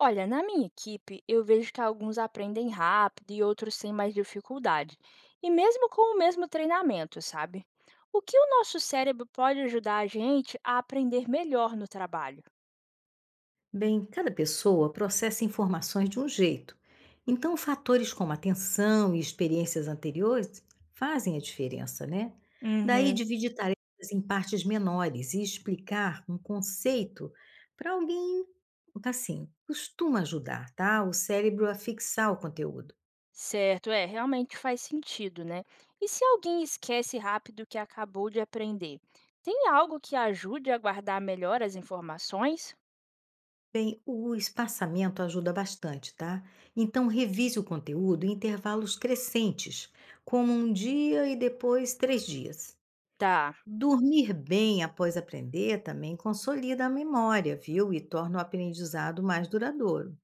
Olha, na minha equipe, eu vejo que alguns aprendem rápido e outros têm mais dificuldade, e mesmo com o mesmo treinamento, sabe? O que o nosso cérebro pode ajudar a gente a aprender melhor no trabalho? Bem, cada pessoa processa informações de um jeito, então fatores como atenção e experiências anteriores fazem a diferença, né? Daí Uhum. dividir tarefas em partes menores e explicar um conceito para alguém, assim, costuma ajudar, tá? O cérebro a fixar o conteúdo. Certo, é, realmente faz sentido, né? E se alguém esquece rápido o que acabou de aprender, tem algo que ajude a guardar melhor as informações? Bem, o espaçamento ajuda bastante, tá? Então revise o conteúdo em intervalos crescentes, como um dia e depois três dias. Tá. Dormir bem após aprender também consolida a memória, viu? E torna o aprendizado mais duradouro.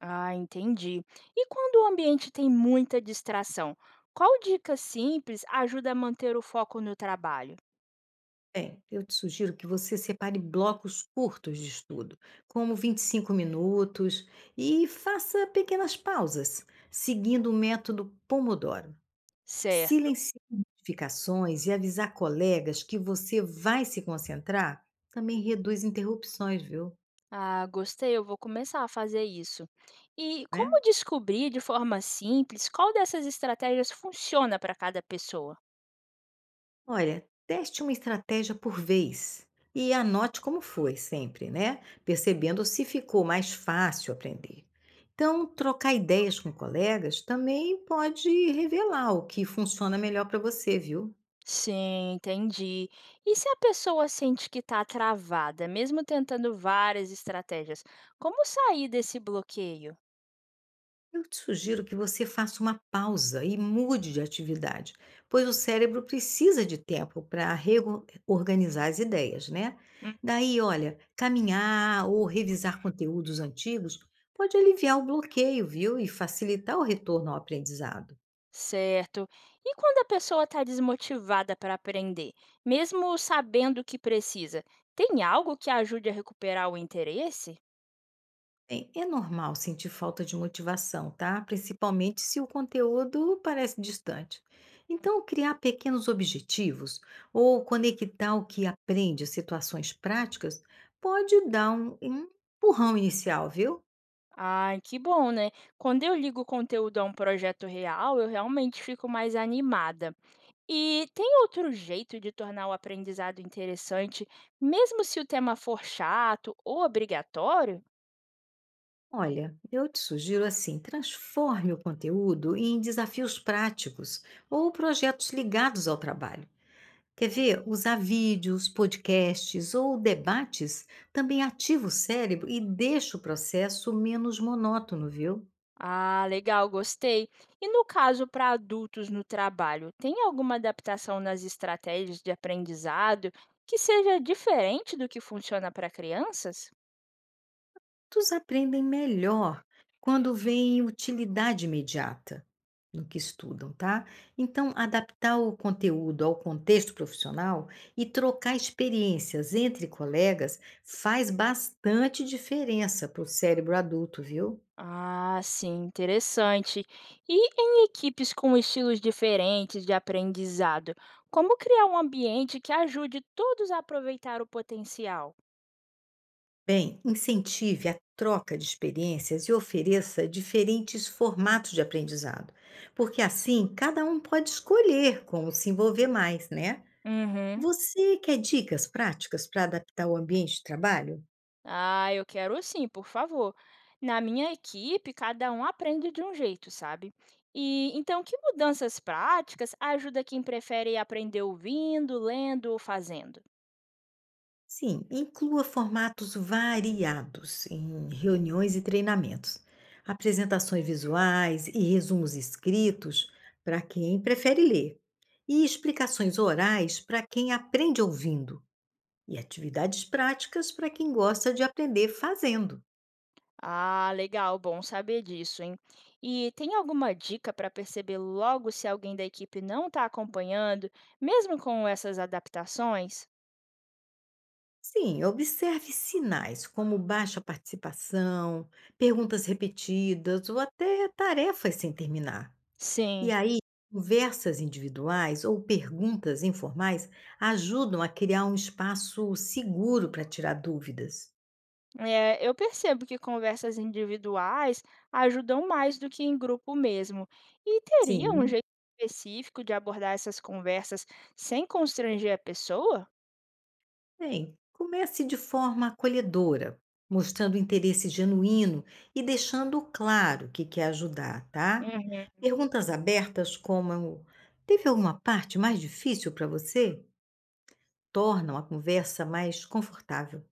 Ah, entendi. E quando o ambiente tem muita distração, qual dica simples ajuda a manter o foco no trabalho? Bem, eu te sugiro que você separe blocos curtos de estudo, como 25 minutos, e faça pequenas pausas, seguindo o método Pomodoro. Certo. Silenciar notificações e avisar colegas que você vai se concentrar também reduz interrupções, viu? Ah, gostei, eu vou começar a fazer isso. E Né? como descobrir de forma simples qual dessas estratégias funciona para cada pessoa? Olha, teste uma estratégia por vez e anote como foi sempre, né? Percebendo se ficou mais fácil aprender. Então, trocar ideias com colegas também pode revelar o que funciona melhor para você, viu? Sim, entendi. E se a pessoa sente que está travada, mesmo tentando várias estratégias, como sair desse bloqueio? Eu te sugiro que você faça uma pausa e mude de atividade, pois o cérebro precisa de tempo para reorganizar as ideias, né? Daí, olha, caminhar ou revisar conteúdos antigos pode aliviar o bloqueio, viu? E facilitar o retorno ao aprendizado. Certo. E quando a pessoa está desmotivada para aprender, mesmo sabendo o que precisa, tem algo que ajude a recuperar o interesse? Bem, é normal sentir falta de motivação, tá? Principalmente se o conteúdo parece distante. Então, criar pequenos objetivos ou conectar o que aprende a situações práticas pode dar um empurrão inicial, viu? Ai, que bom, né? Quando eu ligo o conteúdo a um projeto real, eu realmente fico mais animada. E tem outro jeito de tornar o aprendizado interessante, mesmo se o tema for chato ou obrigatório? Olha, eu te sugiro assim: transforme o conteúdo em desafios práticos ou projetos ligados ao trabalho. Quer ver? Usar vídeos, podcasts ou debates também ativa o cérebro e deixa o processo menos monótono, viu? Ah, legal, gostei. E no caso para adultos no trabalho, tem alguma adaptação nas estratégias de aprendizado que seja diferente do que funciona para crianças? Todos aprendem melhor quando veem utilidade imediata no que estudam, tá? Então, adaptar o conteúdo ao contexto profissional e trocar experiências entre colegas faz bastante diferença para o cérebro adulto, viu? Ah, sim, interessante. E em equipes com estilos diferentes de aprendizado, como criar um ambiente que ajude todos a aproveitar o potencial? Bem, incentive a troca de experiências e ofereça diferentes formatos de aprendizado, porque assim cada um pode escolher como se envolver mais, né? Uhum. Você quer dicas práticas para adaptar o ambiente de trabalho? Ah, eu quero sim, por favor. Na minha equipe, cada um aprende de um jeito, sabe? E então, que mudanças práticas ajuda quem prefere aprender ouvindo, lendo ou fazendo? Sim, inclua formatos variados em reuniões e treinamentos, apresentações visuais e resumos escritos para quem prefere ler, e explicações orais para quem aprende ouvindo e atividades práticas para quem gosta de aprender fazendo. Ah, legal, bom saber disso, hein? E tem alguma dica para perceber logo se alguém da equipe não está acompanhando, mesmo com essas adaptações? Sim, observe sinais como baixa participação, perguntas repetidas ou até tarefas sem terminar. E Sim, aí, conversas individuais ou perguntas informais ajudam a criar um espaço seguro para tirar dúvidas. é, eu percebo que conversas individuais ajudam mais do que em grupo mesmo. E teria um Sim. jeito específico de abordar essas conversas sem constranger a pessoa? Bem, comece de forma acolhedora, mostrando interesse genuíno e deixando claro que quer ajudar, tá? Uhum. Perguntas abertas como "teve alguma parte mais difícil para você?" tornam a conversa mais confortável.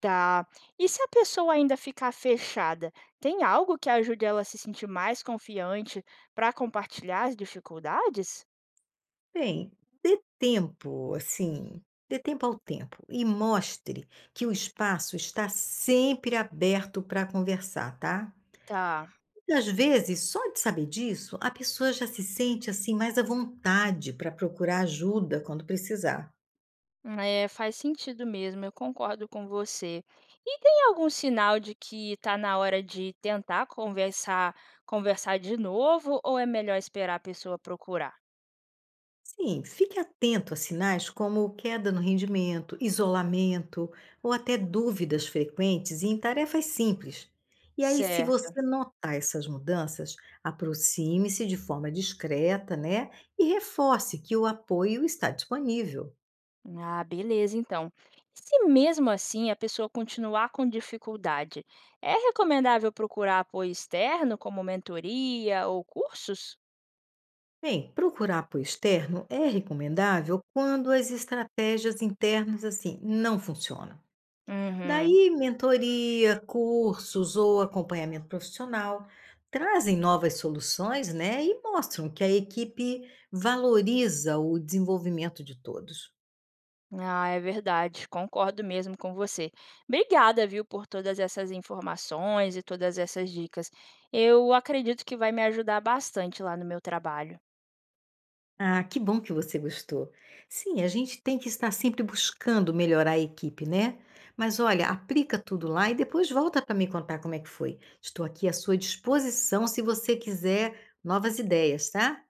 Tá. E se a pessoa ainda ficar fechada, tem algo que ajude ela a se sentir mais confiante para compartilhar as dificuldades? Bem, dê tempo, assim, dê tempo ao tempo e mostre que o espaço está sempre aberto para conversar, tá? Tá. E às vezes, só de saber disso, a pessoa já se sente assim mais à vontade para procurar ajuda quando precisar. É, faz sentido mesmo, eu concordo com você. E tem algum sinal de que está na hora de tentar conversar de novo ou é melhor esperar a pessoa procurar? Sim, fique atento a sinais como queda no rendimento, isolamento ou até dúvidas frequentes em tarefas simples. E aí, se Certo. você notar essas mudanças, aproxime-se de forma discreta, né? E reforce que o apoio está disponível. Ah, beleza, então. Se mesmo assim a pessoa continuar com dificuldade, é recomendável procurar apoio externo, como mentoria ou cursos? Bem, procurar apoio externo é recomendável quando as estratégias internas assim não funcionam. Uhum. Daí, mentoria, cursos ou acompanhamento profissional trazem novas soluções, né, e mostram que a equipe valoriza o desenvolvimento de todos. Ah, é verdade. Concordo mesmo com você. Obrigada, viu, por todas essas informações e todas essas dicas. Eu acredito que vai me ajudar bastante lá no meu trabalho. Ah, que bom que você gostou. Sim, a gente tem que estar sempre buscando melhorar a equipe, né? Mas olha, aplica tudo lá e depois volta para me contar como é que foi. Estou aqui à sua disposição se você quiser novas ideias, tá?